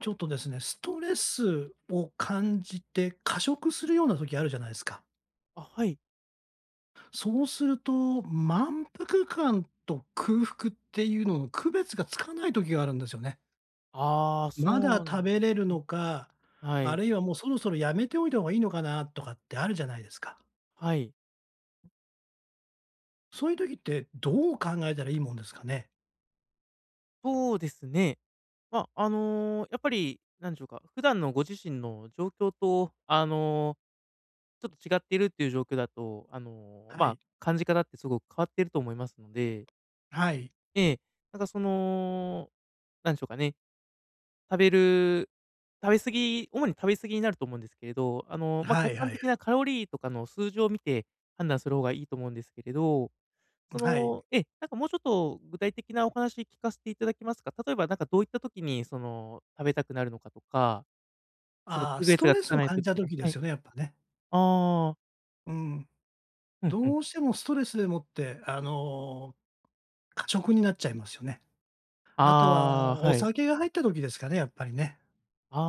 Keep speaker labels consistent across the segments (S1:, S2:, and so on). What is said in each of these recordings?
S1: ちょっとですね、ストレスを感じて過食するような時あるじゃないですか。
S2: あ、はい。
S1: そうすると、満腹感と空腹っていうのの区別がつかない時があるんですよね。
S2: ああ、そ
S1: まだ
S2: うな
S1: 食
S2: んで
S1: べれる
S2: す
S1: の
S2: ね。
S1: か、
S2: は
S1: あ
S2: い。
S1: るいはもうそろそろやめておいた方がいいのかなとかってあるじゃないですか。
S2: はい。
S1: そういう時ってどう考えたらいいもんですかね？
S2: そうですね。まあ、あの、やっぱり、なんでしょうか、普段のご自身の状況と、ちょっと違っているっていう状況だと、
S1: はい。
S2: 感じ方ってすごく変わってると思いますので、
S1: はい。
S2: ええ、なんかその、なんでしょうかね、食べる食べ過ぎ主に食べ過ぎになると思うんですけれど、
S1: は
S2: 客
S1: いは
S2: 観
S1: いはい。
S2: 的なカロリーとかの数字を見て判断する方がいいと思うんですけれど、
S1: はい。
S2: もうちょっと具体的なお話聞かせていただけますか？例えばなんかどういった時に、食べたくなるのかとか、その
S1: ああ、
S2: 区
S1: ス
S2: 別
S1: ト
S2: が
S1: レ
S2: つ
S1: ス
S2: か
S1: を
S2: ない
S1: 感じ
S2: 時
S1: た
S2: が。
S1: 時で
S2: は
S1: す
S2: い。
S1: よね、やっぱね。
S2: ああ、
S1: うん。
S2: うんうん。
S1: どうしてもストレスでもって、過食になっちゃいますよね。あとは
S2: ああ、
S1: お
S2: はい。
S1: 酒が入った時ですかね、やっぱりね。
S2: あ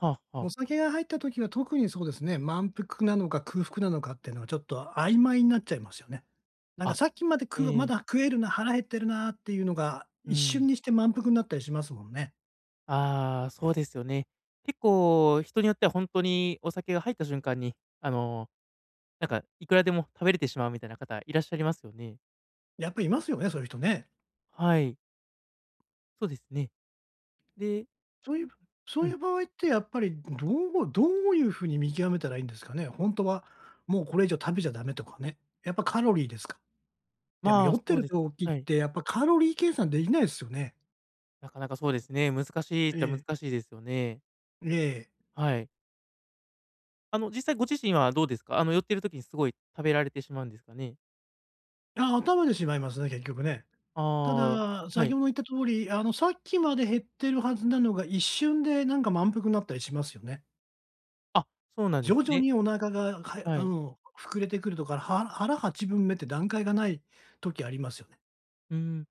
S2: あ、はあは
S1: お
S2: あ。
S1: 酒が入った時は特にそうですね、満腹なのか空腹なのかっていうのはちょっと曖昧になっちゃいますよね。なんか
S2: あ、
S1: さっきまでく
S2: え
S1: ま
S2: え、
S1: だ食えるな、腹減ってるなっていうのが、
S2: う
S1: 一瞬
S2: ん。
S1: にして満腹になったりしますもんね。
S2: ああ、そうですよね。結構人によってはほんとにお酒が入った瞬間に、なんかいくらでも食べれてしまうみたいな方いらっしゃいますよね。
S1: やっぱいますよね、そういう人ね。
S2: はい、そうですね。で
S1: そういうそ
S2: う
S1: うい
S2: ん、
S1: う場合ってやっぱりどういう風に見極めたらいいんですかね？本当はもうこれ以上食べちゃダメとかね。やっぱカロリーですか？でも
S2: ま
S1: 酔
S2: あ、
S1: って
S2: そう
S1: る
S2: です。
S1: 時
S2: は
S1: っ
S2: い。
S1: てやっぱカロリー計算できないですよね。
S2: なかなかそうですね、難しいっ
S1: え
S2: ちゃ難
S1: え、
S2: しいですよね。
S1: ええ。
S2: はい。あの、実際ご自身はどうですか？あの、寄ってる時にすごい食べられてしまうんですかね？
S1: ああ、頭でしまいますね、結局ね。
S2: あ
S1: た
S2: あ、
S1: だ、
S2: は
S1: 先
S2: い。
S1: ほど言った通り、さっきまで減ってるはずなのが、一瞬でなんか満腹になったりしますよね。
S2: あ、そうなんで
S1: 徐
S2: す
S1: 々
S2: ね。
S1: にお腹が、はや
S2: は
S1: あ
S2: い。
S1: の、膨れてくるとか、は腹8分目って段階がない時ありますよね。
S2: うん。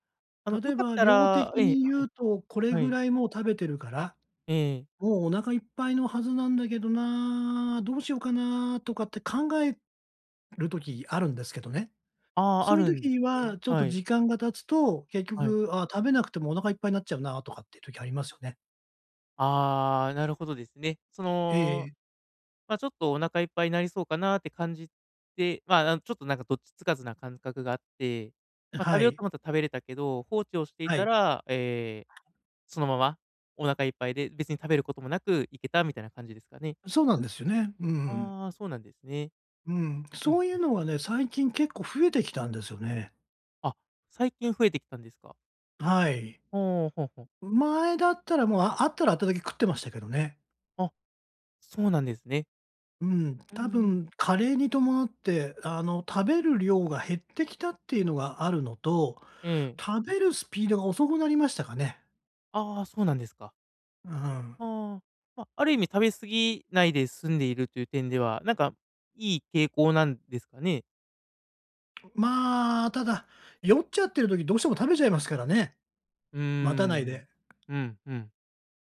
S2: あの、
S1: 例
S2: よ
S1: え
S2: かっ
S1: ば
S2: た
S1: 量
S2: ら。
S1: 的
S2: ええ、
S1: に
S2: は
S1: 言う
S2: い、
S1: と、これ
S2: は
S1: ぐ
S2: い。
S1: らいもう食べてるから、
S2: ええ。
S1: もうお腹いっぱいのはずなんだけどな、どうしようかなとかって考える時あるんですけどね。
S2: ああ、あ
S1: そういう
S2: るんです
S1: 時
S2: ね。
S1: は、ちょっと
S2: はい、
S1: 時間が経つと、結
S2: はい。
S1: 局、ああ、食べなくてもお腹いっぱいになっちゃうなとかっていう時ありますよね。
S2: ああ、なるほどですね。
S1: ええ、
S2: ちょっとお腹いっぱいになりそうかなって感じて、ちょっとなんかどっちつかずな感覚があって、まあ、食
S1: は
S2: べよう
S1: い。
S2: と思ったら食べれたけど、放置をしてい
S1: は
S2: た
S1: い。
S2: ら、えそのままお腹いっぱいで、別に食べることもなく行けたみたいな感じですかね。
S1: そうなんですよね。うん。
S2: ああ、そうなんですね。
S1: うん。
S2: う
S1: そ
S2: ん。
S1: ういうのがね、最近結構増えてきたんですよね。
S2: あ、最近増えてきたんですか。
S1: はい。
S2: ほうほうほう。
S1: 前だったらもう、ああったらあっただけ食ってましたけどね。
S2: あ、そうなんですね。
S1: うん、
S2: う
S1: 多
S2: ん。
S1: 分加齢に伴って、食べる量が減ってきたっていうのがあるのと、
S2: ええ。
S1: 食べるスピードが遅くなりましたかね。
S2: ああ、そうなんですか。
S1: うん。
S2: ああ。まあ、ある意味食べ過ぎないで済んでいるという点では、なんかいい傾向なんですかね。
S1: まあ、ただ、酔っちゃってる時どうしても食べちゃいますからね、
S2: うー
S1: 待たないで。
S2: ん。うん、うん。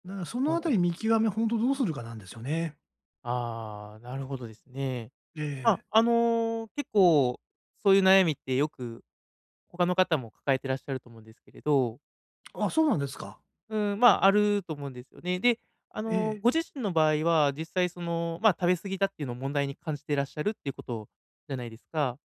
S1: だからそ
S2: そ
S1: のあた
S2: う。
S1: り見極め、ほんとどうするかなんですよね。
S2: ああ、なるほどですね。
S1: ええ。
S2: 結構そういう悩みってよく他の方も抱えてらっしゃると思うんですけれど、
S1: あ、そうなんですか。
S2: うん、まあ、あると思うんですよね。で、あ
S1: え
S2: の、
S1: え、
S2: ご自身の場合は、実際その、まあ、食べ過ぎだっていうのを問題に感じてらっしゃるっていうことじゃないですか。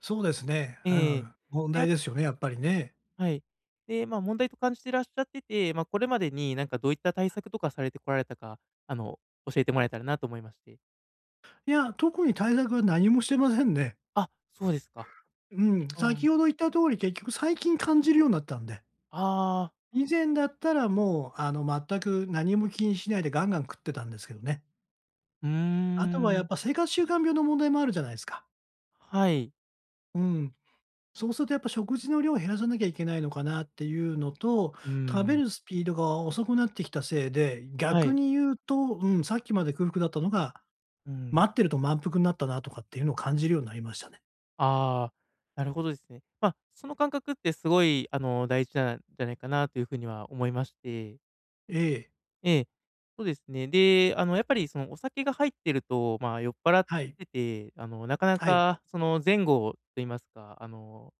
S1: そうですね。う
S2: ええ。
S1: ん。問
S2: で、
S1: 題
S2: あ
S1: ですよね、やっぱりね。
S2: はい。で、まあ、問題と感じてらっしゃってて、まあ、これまでになんかどういった対策とかされてこられたか、あの、教えてもらえたらなと思いまして。
S1: いや、特に対策は何もしてませんね。
S2: あ、そうですか。
S1: うん、
S2: うん。
S1: 先ほど言った通り、結局最近感じるようになったんで。
S2: ああ、
S1: 以前だったらもう、全く何も気にしないでガンガン食ってたんですけどね。
S2: うー
S1: あとはやっ
S2: ん。
S1: ぱ生活習慣病の問題もあるじゃないですか。
S2: はい。
S1: うん。そうするとやっぱ食事の量を減らさなきゃいけないのかなっていうのと、
S2: うー
S1: 食べ
S2: ん。
S1: るスピードが遅くなってきたせいで、
S2: は
S1: 逆
S2: い。
S1: に言うと、うん、さっきまで空腹だったのが、
S2: うん。
S1: 待ってると満腹になったなとかっていうのを感じるようになりましたね。
S2: ああ、なるほどですね。まあ、その感覚ってすごい、大事なんじゃないかなというふうには思いまして。
S1: ええ、
S2: ええ、そうですね。で、あの、やっぱりそのお酒が入ってると、まあ、酔っ払っ
S1: はい、
S2: てて、なかな
S1: はい、
S2: かその前後と言いますか、あの、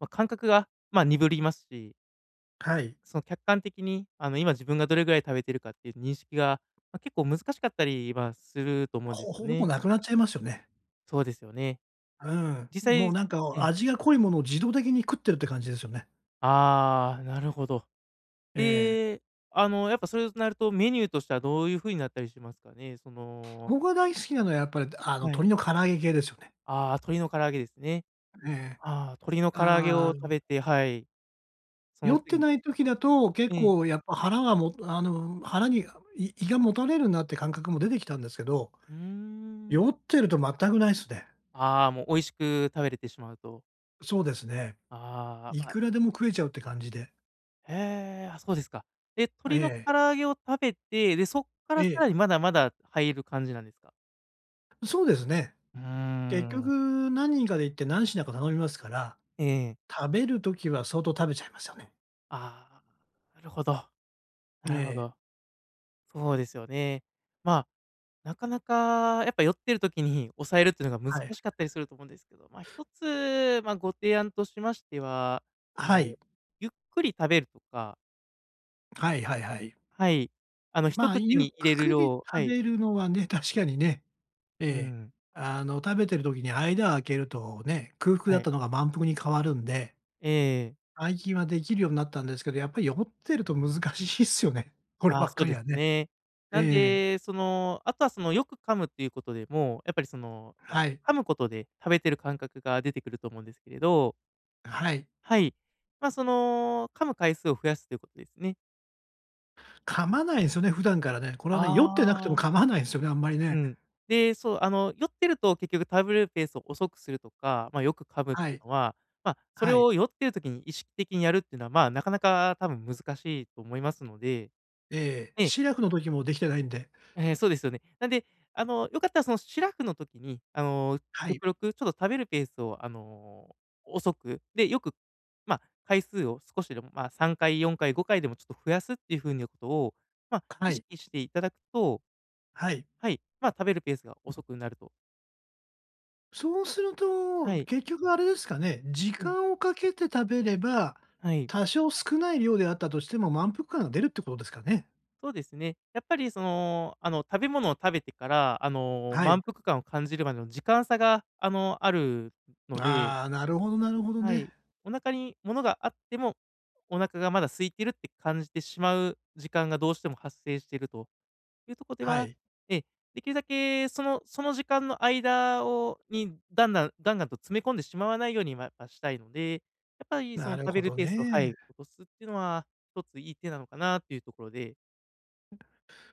S2: まあ、感覚が、鈍りますし、
S1: はい。
S2: その客観的に、今自分がどれぐらい食べてるかっていう認識が、結構難しかったりまあすると思うんで
S1: ほ
S2: すよ
S1: ほぼ
S2: ね。
S1: なくなっちゃいますよね。
S2: そうですよね。
S1: うん。
S2: 実際
S1: もう
S2: え
S1: なんか
S2: え、
S1: 味が濃いものを自動的に食ってるって感じですよね。
S2: ああ、なるほど。
S1: ええ。
S2: で、あの、やっぱそれとなると、メニューとしてはどういう風になったりしますかね？その、
S1: 僕が大好きなのはやっぱり、
S2: はい。
S1: 鶏の唐揚げ系ですよね。
S2: ああ、鶏の唐揚げですね。
S1: え
S2: ああ、鶏の唐揚げを
S1: え。あ
S2: 食
S1: あ、
S2: べて、はい、そ
S1: 酔
S2: の
S1: って
S2: 次に。
S1: ない時だと、結
S2: ええ、
S1: 構やっぱ腹がも腹にい胃がもたれるなって感覚も出てきたんですけど、
S2: うーん。
S1: 酔ってると全くないですね。
S2: ああ、もう美味しく食べれてしまうと。
S1: そうですね。
S2: ああ、
S1: い
S2: まあ、
S1: くらでも食えちゃうって感じで。
S2: へえ、あ、そうですか。で、鶏
S1: え
S2: の唐
S1: え、
S2: 揚げを食べて、で、そっから
S1: え
S2: さら
S1: え。
S2: にまだまだ入る感じなんですか？
S1: そうですね。
S2: うー
S1: 結
S2: ん、
S1: 局何人かで行って何品か頼みますから、
S2: ええ。
S1: 食べる時は相当食べちゃいますよね。
S2: ああ、なるほど、
S1: え
S2: なるほ
S1: え、
S2: ど。そうですよね。まあなかなかやっぱ酔ってる時に抑えるっていうのが難
S1: はい。
S2: しかったりすると思うんですけど、まあ、一つ、まあ、ご提案としましては、そ
S1: は
S2: の、
S1: い。
S2: ゆっくり食べるとか、
S1: はいはいはい。
S2: はい、一
S1: まあ、
S2: 口
S1: ゆっ
S2: に入れる
S1: くり
S2: 量。は
S1: 食
S2: い、
S1: べるのはね、確かにね、え
S2: う
S1: え。
S2: ん、
S1: 食べてる時に間を空けるとね、空腹
S2: は
S1: だっ
S2: い、
S1: たのが満腹に変わるんで、
S2: ええ、
S1: 最近はできるようになったんですけど、やっぱり酔ってると難しいっすよね。これ
S2: ま
S1: ば
S2: あ、
S1: っ
S2: そ
S1: か
S2: う
S1: り
S2: です
S1: はね。
S2: ね。なん
S1: ええ。
S2: で、あとはその、よく噛むっていうことでも、やっぱりその、ま
S1: はい。
S2: あ、噛むことで食べてる感覚が出てくると思うんですけれど、
S1: はい。
S2: はい、噛む回数を増やすということですね。
S1: 噛まないんですよね、普段からね。これはね、酔ってなくても
S2: あ
S1: 噛
S2: あ。
S1: まないんですよね、あんまり
S2: う
S1: ね。
S2: ん。で、そう、あの、酔ってると結局食べるペースを遅くするとか、まあ、よく噛むっ
S1: は
S2: てい
S1: い。
S2: うのは、それ
S1: はい。
S2: を酔ってる時に意識的にやるっていうのは、まあ、なかなか多分難しいと思いますので。
S1: ええ。
S2: ええ、
S1: シラフの時もできてないんで。
S2: ええ、そうですよね。なんで、よかったらそのシラフの時に、
S1: はい。
S2: 極力ちょっと食べるペースを、遅く、で、よく、まあ、回数を少しでも、まあ、3回、4回、5回でもちょっと増やすっていう風なことを、まあ、
S1: は
S2: 意
S1: い。
S2: 識していただくと。
S1: はい。
S2: はい、まあ、食べるペースが遅くなると。
S1: そうすると、
S2: はい。
S1: 結局あれですかね、時間をかけて食べれば、
S2: はい、
S1: 多少少ない量であったとしても満腹感が出るってことですかね？
S2: そうですね。やっぱりその、あの、食べ物を食べてから、
S1: はい。
S2: 満腹感を感じるまでの時間差が、あるので、
S1: ああ、なるほどなるほど
S2: は
S1: ね。
S2: い、お腹に物があっても、お腹がまだ空いてるって感じてしまう時間がどうしても発生しているというところで
S1: は
S2: は、
S1: い。
S2: ええ、できるだけそのその時間の間をに、だんだんガンガンと詰め込んでしまわないようには、ましたいので、やっぱりそ
S1: な
S2: の
S1: る
S2: 食べ
S1: ほ
S2: る
S1: ど
S2: ペースを、はい、
S1: ね。
S2: 落とすっていうのは、一ついい手なのかなというところで。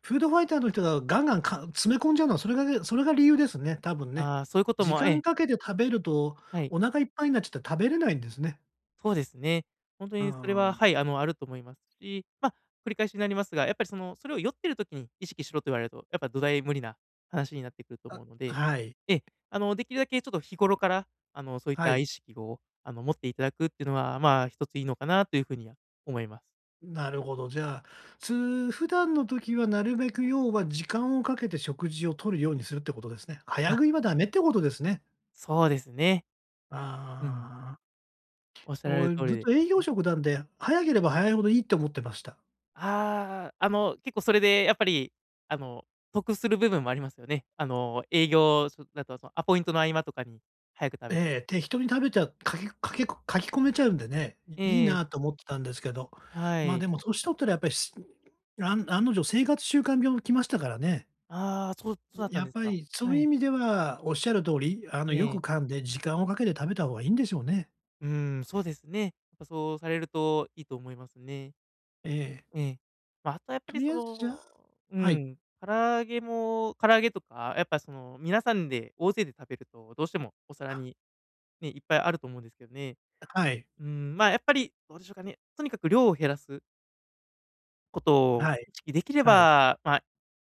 S1: フードファイターの人がガンガンか詰め込んじゃうのは、それが理由ですね、多分ね。
S2: ああ、そういうこと
S1: 時
S2: も、え
S1: 間
S2: え、
S1: かけて食べると、
S2: はい、
S1: お腹いっぱいになっちゃって食べれないんですね。
S2: そうですね。本当
S1: う
S2: にそれは、
S1: ん。
S2: はい、あの、あると思いますし、まあ、繰り返しになりますが、やっぱりその、それを酔ってる時に意識しろと言われると、やっぱ土台無理な話になってくると
S1: あ、
S2: 思うので、
S1: はい。
S2: ええ、できるだけちょっと日頃から、そういっ
S1: は
S2: た
S1: い。
S2: 意識を、持っていただくっていうのは、まあ、一ついいのかなというふうには思います。
S1: なるほど。じゃあ、つ普段の時はなるべく要は時間をかけて食事を取るようにするってことですね。早
S2: あ、
S1: 食いはダメってことですね。
S2: そうですね。うん、
S1: ああ。
S2: おっしゃられ
S1: お
S2: る
S1: ず
S2: 通り
S1: っ
S2: で。
S1: と営業職なんで、早ければ早いほどいいって思ってました。
S2: ああ、結構それでやっぱり、あの、得する部分もありますよね。あの、営業しょだと、アポイントの合間とかに早く食べ
S1: え
S2: て。
S1: え、適当に食べちゃかきかけかき込めちゃうんでね、いいい
S2: ええ、
S1: なと思ってたんですけど、
S2: は
S1: まあ、
S2: い。
S1: でも年取ったらやっぱりしあん案の定生活習慣病来ましたからね。
S2: ああ、そうそうだった
S1: や
S2: ん
S1: っ
S2: です
S1: ぱ
S2: か。
S1: りそう
S2: は
S1: いう意
S2: い。
S1: 味ではおっしゃる通り、
S2: え
S1: よく
S2: え。
S1: 噛んで時間をかけて食べた方がいいんでしょうね。
S2: うーん、そうですね。やっぱそうされるといいと思いますね。
S1: ええ、
S2: ええ。ま、あとやっぱ
S1: と
S2: り
S1: り
S2: そ
S1: あえずじゃあ
S2: の、う
S1: はい。
S2: ん、唐揚げも唐揚げとか、やっぱその、皆さんで大勢で食べると、どうしてもお皿
S1: あ、
S2: にね、いっぱいあると思うんですけどね。
S1: はい。
S2: うん、まあ、やっぱりどうでしょうかね。とにかく量を減らすことを
S1: はい。
S2: 意識できれ
S1: はい。
S2: ば、まあ、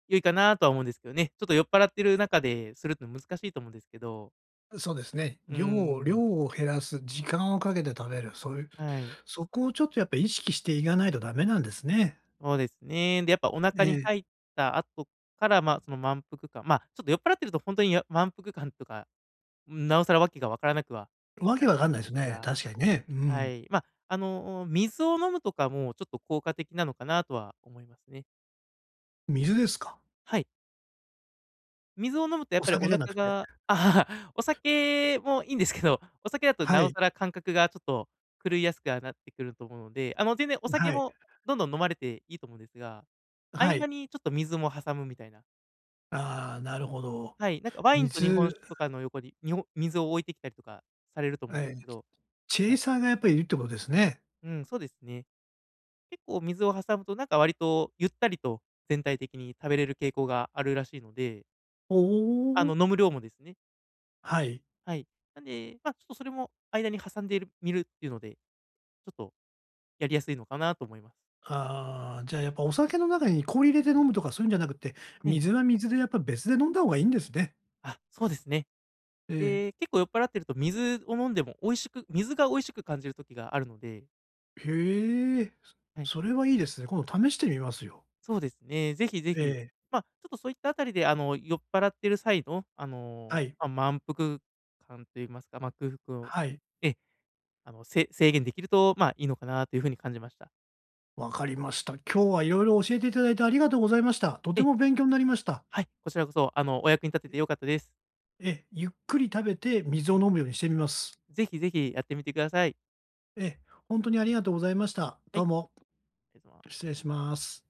S2: 良いかなとは思うんですけどね。ちょっと酔っ払ってる中でするって難しいと思うんですけど。
S1: そうですね。
S2: うー
S1: 量を量
S2: ん、
S1: を減らす、時間をかけて食べる、そういう、
S2: はい。
S1: そこをちょっとやっぱ意識していかないとダメなんですね。
S2: そうですね。で、やっぱお腹
S1: え
S2: に
S1: え、
S2: 入った後から、満腹感、まあ、ちょっと酔っ払ってると本当にや満腹感とか、なおさらわけが分からなくは
S1: わ
S2: な
S1: け
S2: る
S1: わ
S2: と
S1: か
S2: 思
S1: ん
S2: う
S1: な
S2: ん
S1: い
S2: で
S1: す
S2: す
S1: ね、
S2: が、
S1: 確かにね。う
S2: は
S1: ん。
S2: い。水を飲むとかもちょっと効果的なのかなとは思いますね。
S1: 水ですか？
S2: はい。水を飲むとやっ
S1: お
S2: ぱりお
S1: 酒じゃ
S2: 腹
S1: なくて。
S2: があはは、お酒もいいんですけど、お酒だと
S1: は
S2: なお
S1: い、
S2: さら感覚がちょっと狂いやすくはなってくると思うので、全然お酒
S1: はい、
S2: もどんどん飲まれていいと思うんですが、
S1: は
S2: 合間
S1: い。
S2: にちょっと水も挟むみたいな。
S1: ああ、なるほど。
S2: はい、なんかワインと日本
S1: 水、
S2: 酒とかの横に、にほ水を置いてきたりとかされると思うんで
S1: え
S2: す
S1: え、
S2: けど、
S1: チェ
S2: は
S1: イ
S2: い。
S1: サーがやっぱりいるってことですね。
S2: うん、そうですね。結構水を挟むとなんか割とゆったりと全体的に食べれる傾向があるらしいので、
S1: おお。
S2: 飲む量もですね。
S1: はい。
S2: はい。なんで、まあ、ちょっとそれも間に挟んでいるみるっていうので、ちょっとやりやすいのかなと思います。
S1: ああ、じゃあやっぱお酒の中に氷入れて飲むとかそういうんじゃなくて、
S2: え
S1: 水
S2: え。
S1: は水でやっぱ別で飲んだ方がいいんですね。
S2: あ、そうですね。
S1: ええ。
S2: で、結構酔っ払ってると水を飲んでも美味しく水が美味しく感じる時があるので、
S1: へえ。
S2: はい、
S1: それはいいですね。今度試してみますよ。
S2: そうですね、ぜひぜ
S1: え
S2: ひ、
S1: え、
S2: まあ、ちょっとそういったあたりで、酔っ払ってる際の、
S1: はい。
S2: 満腹感と言いますか、まあ、空腹を、
S1: はい。
S2: ええ、制限できると、まあ、いいのかなという風に感じました。
S1: わかりました。今日は色々教えていただいてありがとうございました。とて
S2: ええ、
S1: も勉強になりました。
S2: はい、こちらこそ、あの、お役に立てて良かったです。
S1: ええ、ゆっくり食べて水
S2: はい、
S1: を飲むようにしてみます。
S2: ぜひぜひやってみてください。
S1: ええ、ほにありがとうございました。
S2: は
S1: ど
S2: い、
S1: う
S2: あ
S1: も、
S2: りがとうございま
S1: 失
S2: す。
S1: 礼します。